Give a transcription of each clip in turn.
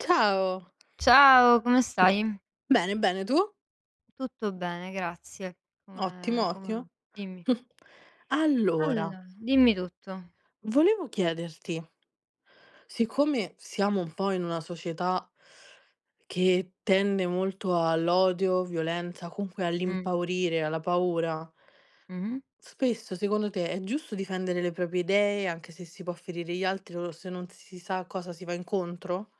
Ciao. Ciao, come stai? Bene, bene, tu? Tutto bene, grazie. Come Ottimo, come ottimo. dimmi. Allora, Allo Dimmi tutto. volevo chiederti, siccome siamo un po' in una società che tende molto all'odio, violenza, comunque Mh. all'impaurire, alla paura, Mh-mh. spesso secondo te è giusto difendere le proprie idee anche se si può ferire gli altri o se non si sa a cosa si va incontro?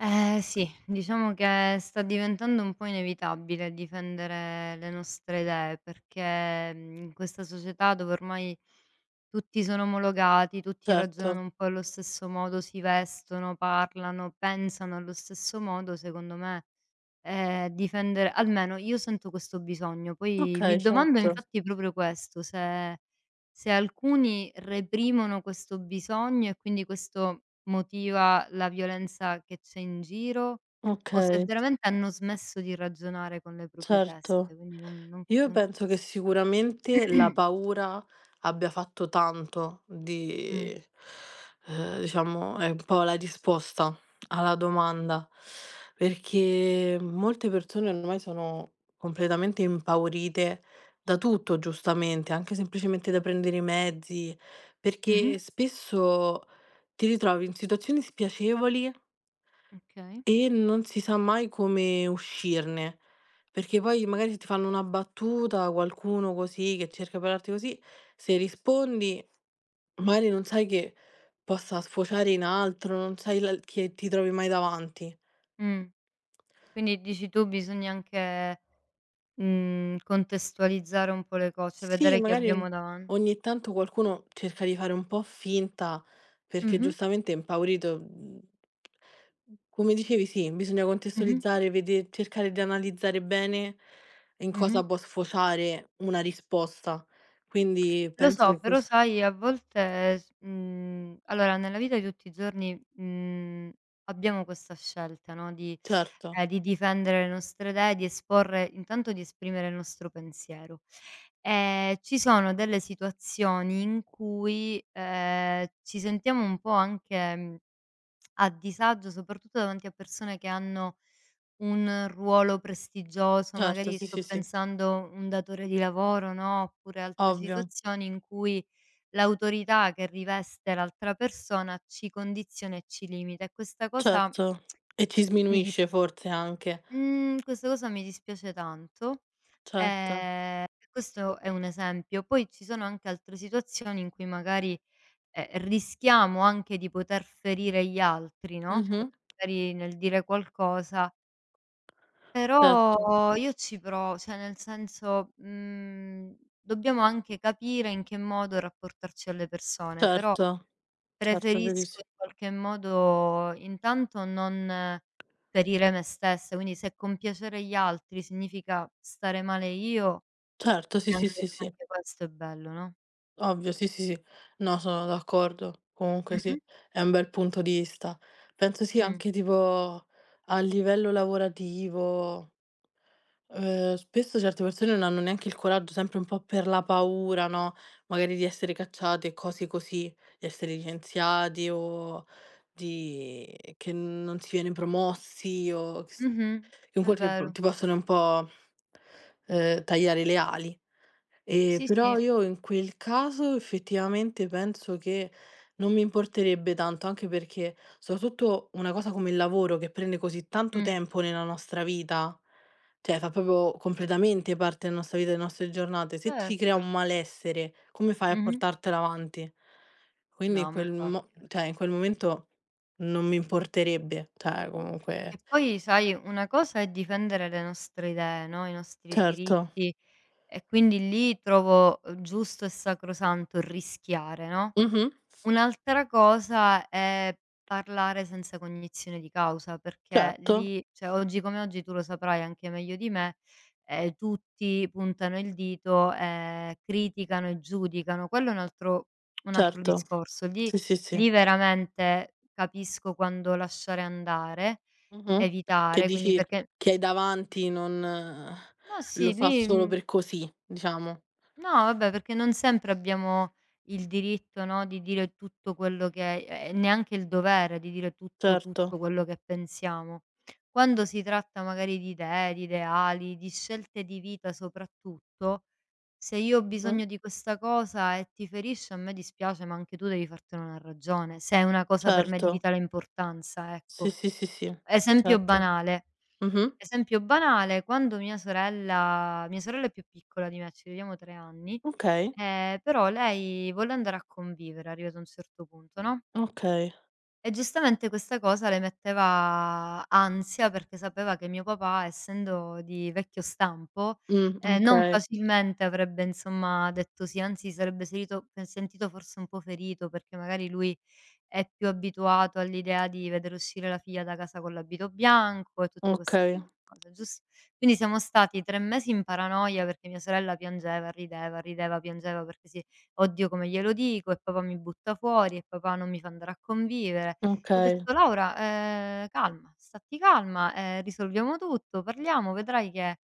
Eh sì, diciamo che sta diventando un po' inevitabile difendere le nostre idee, perché, in questa società dove ormai tutti sono omologati, tutti Certo. ragionano un po' allo stesso modo, si vestono, parlano, pensano allo stesso modo, secondo me. Difendere almeno io sento questo bisogno, poi mi Okay, domando certo. infatti proprio questo, se alcuni reprimono questo bisogno e quindi questo motiva la violenza che c'è in giro, o se Okay, veramente hanno smesso di ragionare con le proprie teste, certo. quindi non non Io non penso che capisco. sicuramente la paura abbia fatto tanto Mh. di diciamo è un po' la risposta alla domanda, perché molte persone ormai sono completamente impaurite da tutto, giustamente, anche semplicemente da prendere i mezzi, Mh-mh. perché spesso ti ritrovi in situazioni spiacevoli Okay. e non si sa mai come uscirne, perché poi magari se ti fanno una battuta, qualcuno così che cerca di parlarti così, se rispondi magari non sai che possa sfociare in altro, non sai la che ti trovi mai davanti. Mh. Quindi dici tu bisogna anche, contestualizzare un po' le cose, Sì, vedere chi magari abbiamo davan ogni tanto qualcuno cerca di fare un po' finta perché mh-mh, giustamente è impaurito, come dicevi sì, bisogna mh-mh, contestualizzare, vede cercare di analizzare bene in mh-mh. cosa può sfociare una risposta. Quindi Lo penso so, che però questa sai a volte allora nella vita di tutti i giorni, abbiamo questa scelta, no, certo, di difendere le nostre idee, di esporre intanto di esprimere il nostro pensiero. Ci sono delle situazioni in cui, ci sentiamo un po' anche, a disagio, soprattutto davanti a persone che hanno un ruolo prestigioso, certo, magari sì, sto sì, sì, pensando un datore di lavoro, no, oppure altre ovvio, situazioni in cui l'autorità che riveste l'altra persona ci condiziona e ci limita e questa cosa certo. E ci mi dis sminuisce forse anche. mhmm, questa cosa mi dispiace tanto, Certo. E questo è un esempio. Poi ci sono anche altre situazioni in cui magari rischiamo anche di poter ferire gli altri, no, Mh-mh. perché magari nel dire qualcosa, Certo, però io ci provo, cioè nel senso, dobbiamo anche capire in che modo rapportarci alle persone, però certo, certo, preferisco verissimo. in qualche modo intanto non ferire me stessa, quindi se compiacere gli altri significa stare male io, Certo, sì, sì, neanche sì, sì. neanche questo è bello, no? Ovvio, sì, sì, sì. No, sono d'accordo. Comunque sì, Mh-mh, è un bel punto di vista. Penso sì mh, anche tipo a livello lavorativo, spesso certe persone non hanno neanche il coraggio, sempre un po' per la paura, no, magari di essere cacciati e cose così, di essere licenziati o di che non si viene promossi o mh-mh, che è comunque ti vero. ti possono un po', tagliare le ali. Sì, Però sì, io in quel caso effettivamente penso che non mi importerebbe tanto, anche perché soprattutto una cosa come il lavoro che prende così tanto mh. tempo nella nostra vita, cioè fa proprio completamente parte della nostra vita, delle nostre giornate, se ci crea Certo. un malessere, come fai a Mh-mh. portartela avanti? Quindi No, ma infatti. Eh. In quel momento non mi importerebbe, cioè comunque E poi sai, una cosa è difendere le nostre idee, no, i nostri certo. diritti e quindi lì trovo, giusto e sacrosanto rischiare, no? Mh-mh. Un'altra cosa è parlare senza cognizione di causa, perché Certo, lì cioè oggi come oggi, tu lo saprai anche meglio di me, tutti puntano il dito e criticano e giudicano. Quello è un altro certo. discorso. Lì Sì, sì, sì. lì veramente capisco quando lasciare andare, Mh-mh. Che evitare, quindi dici perché chi hai davanti non ma sì, lo fa lì, solo mhmm per così, diciamo. no, vabbè, perché non sempre abbiamo il diritto, no, di dire tutto quello che e neanche il dovere di dire tutto, Certo. tutto quello che pensiamo. Quando si tratta magari di idee, di ideali, di scelte di vita soprattutto, se io ho Mh-mh. bisogno di questa cosa e ti ferisce, a me dispiace, ma anche tu devi fartene una ragione, se è una cosa per me Certo. di vitale importanza, Sì, ecco. sì, sì, sì. Esempio Certo. banale, Mh-mh. esempio banale, quando mia sorella è più piccola di me, ci vediamo 3 anni Okay, però lei volle andare a convivere arrivati a un certo punto, no, okay. e giustamente questa cosa le metteva ansia, perché sapeva che mio papà, essendo di vecchio stampo, non Okay, facilmente avrebbe insomma detto sì, anzi si sarebbe serito sentito forse un po' ferito, perché magari lui è più abituato all'idea di vedere uscire la figlia da casa con l'abito bianco e tutte okay, queste cose, giusto? Quindi siamo stati 3 mesi in paranoia perché mia sorella piangeva, rideva, rideva, piangeva perché sì: "Oddio come glielo dico e papà mi butta fuori e papà non mi fa andare a convivere." Ho okay. detto: "Laura, calma, statti calma, risolviamo tutto, parliamo, vedrai che"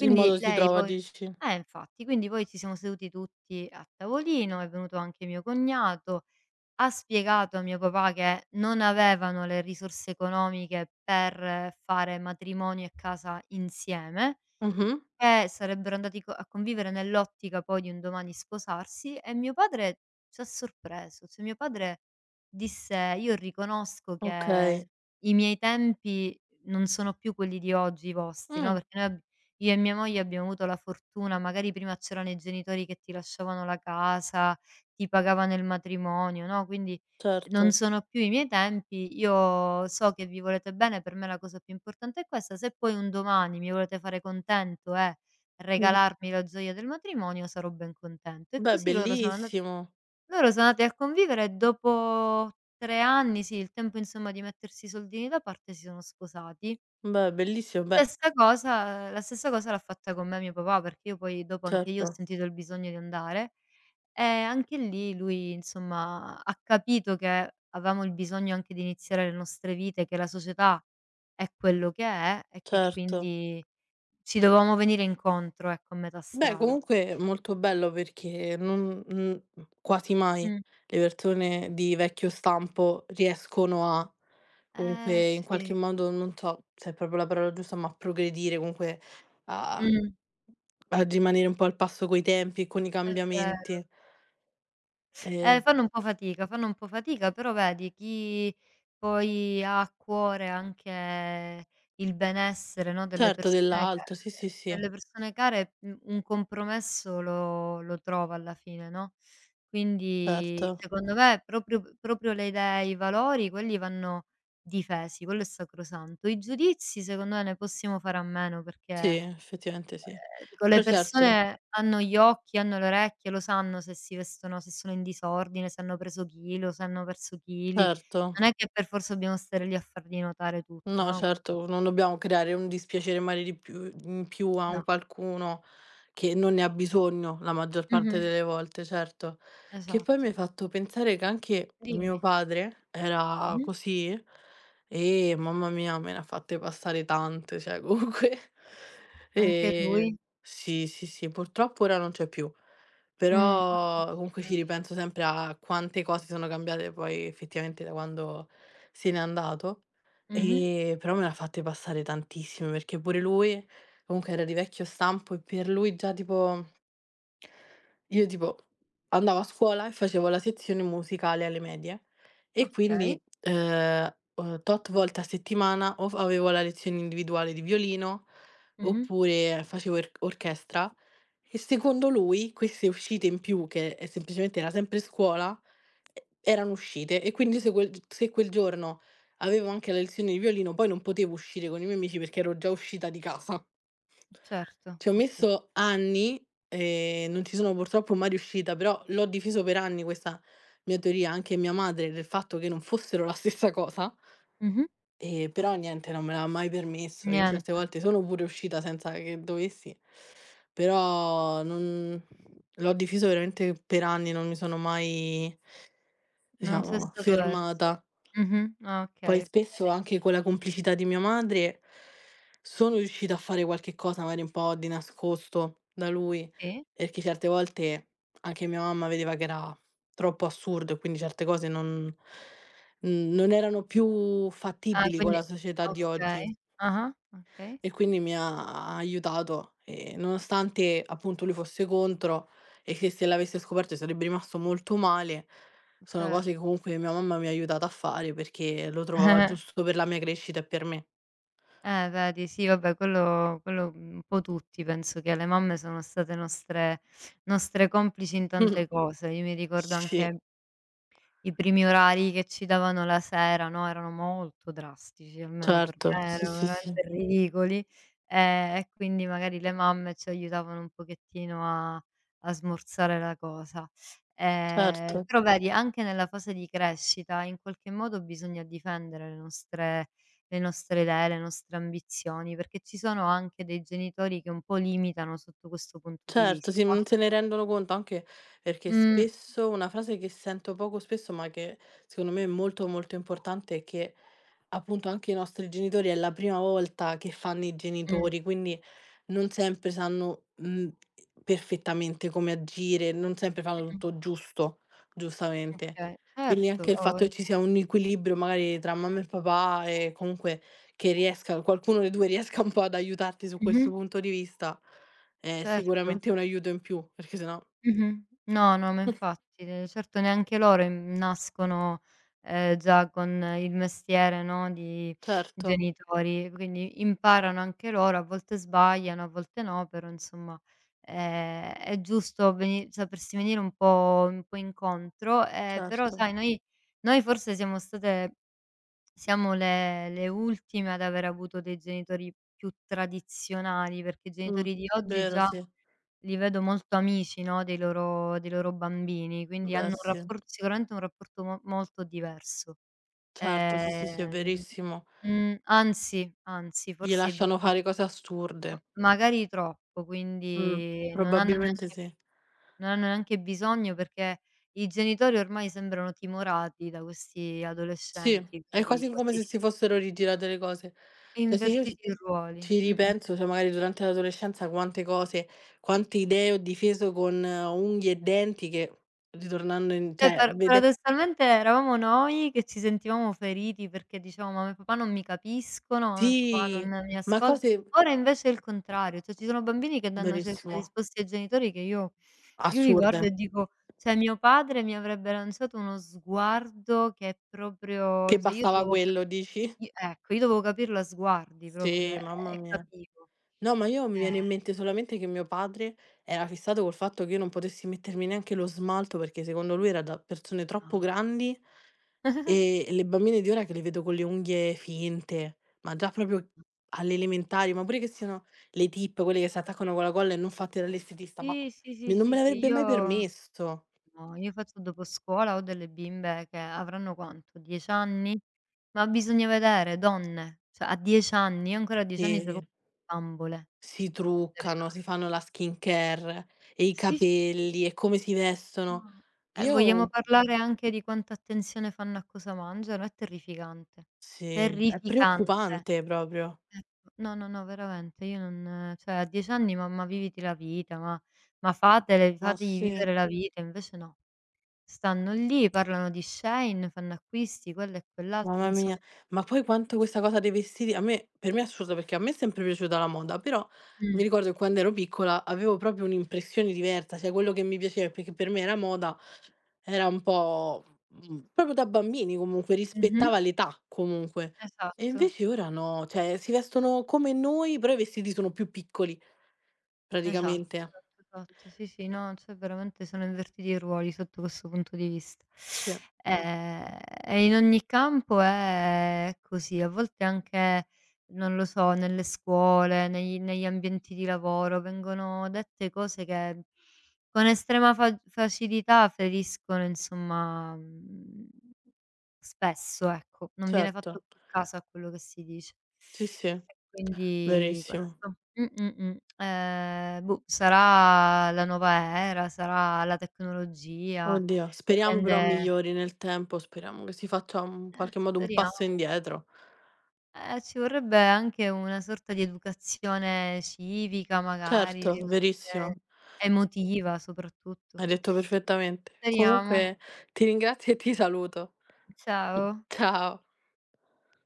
Il modo si lei trova poi dici. Infatti, quindi poi ci siamo seduti tutti a tavolino, è venuto anche mio cognato, ha spiegato a mio papà che non avevano le risorse economiche per fare matrimonio e casa insieme Mh-mh. Sarebbero andati co a convivere nell'ottica poi di un domani sposarsi e mio padre c'ha sorpreso. Cioè, mio padre disse: "Io riconosco che Okay. i miei tempi non sono più quelli di oggi, i vostri", no, Mh, perché noi ab io e mia moglie abbiamo avuto la fortuna magari prima c'erano i genitori che ti lasciavano la casa, ti pagavano il matrimonio, no, quindi non certo. sono più i miei tempi, io so che vi volete bene, per me la cosa più importante è questa, se poi un domani mi volete fare contento e Mh-mh. regalarmi la gioia del matrimonio sarò ben contento. E Beh, così loro sono andati bellissimo. A convivere e dopo 3 anni, sì, il tempo insomma di mettersi i soldini da parte, si sono sposati. Beh, bellissimo. Beh, Stessa cosa la stessa cosa l'ha fatta con me mio papà, perché io poi dopo anche io ho certo, sentito il bisogno di andare e anche lì lui, insomma, ha capito che avevamo il bisogno anche di iniziare le nostre vite, che la società è quello che è e che certo. quindi ci dovevamo venire incontro, ecco, a metà Beh, strada. comunque molto bello perché non quasi mai Mh. le persone di vecchio stampo riescono a Eh comunque in qualche sì. modo, non so se è proprio la parola giusta, ma a progredire, comunque a Mh, a rimanere un po' al passo coi tempi e con i è vero. cambiamenti. Ehm, Fanno un po' fatica, fanno un po' fatica, però vedi chi poi ha a cuore anche il benessere, no, delle certo persone care dell'alto, sì, sì, sì, un compromesso lo trova alla fine, no, quindi certo. secondo me proprio proprio le idee, i valori, quelli vanno difesi, quello è sacrosanto. I giudizi secondo me ne possiamo fare a meno Sì, perché. effettivamente sì. Dico le Però certo, persone hanno gli occhi, hanno le orecchie, lo sanno se si vestono se sono in disordine, se hanno preso chilo, se hanno perso chili. certo. Non è che per forza dobbiamo stare lì a fargli notare tutto, No, no, quindi certo, non dobbiamo creare un dispiacere magari di più in più a no, un qualcuno che non ne ha bisogno la maggior no. parte Mh-mh. delle volte, certo. Che poi Esatto. mi hai fatto pensare che anche mio Dimmi. padre era Mh-mh. così e mamma mia me ne ha fatte passare tante, cioè comunque Anche lui. ehm, sì, sì, sì, purtroppo ora non c'è più. Mh. Ah, mi Però comunque ci dispiace. ripenso sempre a quante cose sono cambiate poi effettivamente da quando se n'è andato. Mh-mh. Però me l'ha fatte passare tantissime, perché pure lui comunque era di vecchio stampo e per lui già tipo io tipo andavo a scuola e facevo la sezione musicale alle medie e Okay. Okay. Quindi, tot volte a settimana o f avevo la lezione individuale di violino Mh-mh. Mh-mh. Oppure facevo er orchestra e secondo lui queste uscite in più che, semplicemente era sempre scuola, e erano uscite e quindi se quel giorno avevo anche la lezione di violino poi non potevo uscire con i miei amici perché ero già uscita di casa. Certo, Ci ho okay. messo anni e non ci sono purtroppo mai riuscita, però l'ho difeso per anni questa mia teoria, anche mia madre, del fatto che non fossero la stessa cosa, Mh-mh. e però niente, non me l'ha mai permesso. Io certe Niente, volte sono pure uscita senza che dovessi, però non l'ho difeso veramente per anni, non mi sono mai, non c'è diciamo, stato verso. fermata. Mh-mh. Ah, Poi okay, spesso okay. anche con la complicità di mia madre sono riuscita a fare qualche cosa magari un po' di nascosto da lui, Sì. perché certe volte anche mia mamma vedeva che era troppo assurdo e quindi certe cose non erano più Ah, fattibili con quindi la società di oggi. okay. Ah-ah, okay, E quindi mi ha aiutato, nonostante appunto lui fosse contro e che se l'avesse scoperto sarebbe rimasto molto male, sono certo. cose che comunque mia mamma mi ha aiutata a fare perché lo trovava giusto per la mia crescita e per me. Vedi, sì, vabbè, un po' tutti penso che le mamme sono state nostre complici in tante cose. Io mi ricordo Sì, anche i primi orari che ci davano la sera, no, erano molto drastici, almeno per certo. me Sì, erano sì, sì, veramente ridicoli, e quindi magari le mamme ci aiutavano un pochettino a smorzare la cosa. Certo. Però vedi anche nella fase di crescita in qualche modo bisogna difendere le nostre idee, le nostre ambizioni, perché ci sono anche dei genitori che un po' limitano sotto questo punto di Certo, sì, vista. non se ne rendono conto, anche perché Mh, spesso una frase che sento poco spesso, ma che secondo me è molto, molto importante è che, appunto, anche i nostri genitori è la prima volta che fanno i mh, genitori, quindi non sempre sanno, perfettamente come agire, non sempre fanno mh, tutto giusto, giustamente. okay, Quindi certo, anche il ha fatto vogl che ci sia un equilibrio magari tra mamma e papà e comunque che riesca qualcuno dei 2 riesca un po' ad aiutarti su mh-mh. questo punto di vista è Certo. sicuramente un aiuto in più, perché sennò Mh-mh. No, no, ma infatti, certo neanche loro im nascono, già con il mestiere, no, di certo, genitori, quindi imparano anche loro, a volte sbagliano, a volte no, però insomma, è giusto veni sapersi venire un po' incontro, però certo. sai noi forse siamo le ultime ad aver avuto dei genitori più tradizionali, perché i Mh, genitori di oggi vero già sì. li vedo molto amici, no, dei loro bambini, quindi hanno Beh un sì. rappor sicuramente un rapporto mo molto diverso. Certo, sì, sì, sì, è Ehm, verissimo. Anzi, anzi, Gli forse i lasciano bambi fare cose ma assurde. magari troppo, Mh, quindi non hanno probabilmente neanche sì. non hanno neanche bisogno perché i genitori ormai sembrano timorati da questi Sì, adolescenti, è quindi quasi come così se si fossero rigirate le cose. Cioè se io ci invertiti i ruoli. ci Mh-mh. ripenso, cioè magari durante l'adolescenza quante cose, quante idee ho difeso con unghie e denti che ritornando in Cioè cioè vede paradossalmente eravamo noi che ci sentivamo feriti perché dicevamo: "Mamma e papà non mi capiscono, mamma e papà sì, non mi ma ascolt" cose Ora invece è il contrario, cioè ci sono bambini che danno certe verissimo. risposte ai genitori che io li guardo e Assurde. dico cioè mio padre mi avrebbe lanciato uno sguardo che è proprio Che cioè io bastava dovevo cap quello dici? i ecco, io dovevo capirlo a sguardi proprio Sì, e mamma e mia. capivo. No, ma io mi viene in Eh, mente solamente che mio padre era fissato col fatto che io non potessi mettermi neanche lo smalto, perché secondo lui era da persone no, troppo grandi, e le bambine di ora che le vedo con le unghie finte, ma già proprio no, alle elementari, ma pure che siano le tip, quelle che si no. attaccano con la colla e non fatte dall'estetista, ma Sì, sì, sì, me non sì, me sì. l'avrebbe mai io permesso. No, io faccio dopo scuola, ho delle bimbe che avranno quanto, 10 anni? Ma bisogna vedere, donne, cioè a 10 anni, io ancora a 10 anni giocavo Sì. con le bambole. Si Con le truccano, si Bar fanno la skincare e i Sì, sì, sì, capelli e come si vestono. no. Vogliamo Io parlare anche di quanta attenzione fanno a cosa mangiano? È terrificante, sì, è terrificante. Ecco. preoccupante proprio. No, no, no, veramente io non cioè a 10 anni ma viviti la vita, ma fatele Ma fategli sì. vivere la vita, invece no. Stanno lì, parlano di Shein, fanno acquisti, quello e quell'altro, Mamma mia, insomma ma poi quanto questa cosa dei vestiti a me per me è assurda perché a me è sempre piaciuta la moda, però mh, mi ricordo che quando ero piccola avevo proprio un'impressione diversa, cioè quello che mi piaceva perché per me era moda, era un po', proprio da bambini comunque, mh-mh, rispettava l'età comunque. E esatto, invece ora no, cioè si vestono come noi, però i vestiti sono più piccoli esatto, praticamente. esatto, esatto. Sì, sì, no, cioè veramente sono invertiti i ruoli sotto questo punto di vista. Sì. Ehm, e in ogni campo è così, a volte anche, non lo so, nelle scuole, negli ambienti di lavoro vengono dette cose che con estrema fa facilità feriscono, insomma, mhmm spesso, ecco, non viene fatto Certo. più caso a quello che si dice. Sì, sì, E quindi verissimo. questo. Boh, sarà la nuova era, sarà la tecnologia Oddio, che speriamo però rende migliori nel tempo, speriamo che si faccia un qualche modo un speriamo. passo indietro. Ci vorrebbe anche una sorta di educazione civica magari, Certo, di educazione verissimo, emotiva soprattutto. hai detto perfettamente. Speriamo. Comunque ti ringrazio e ti saluto. Ciao. Ciao.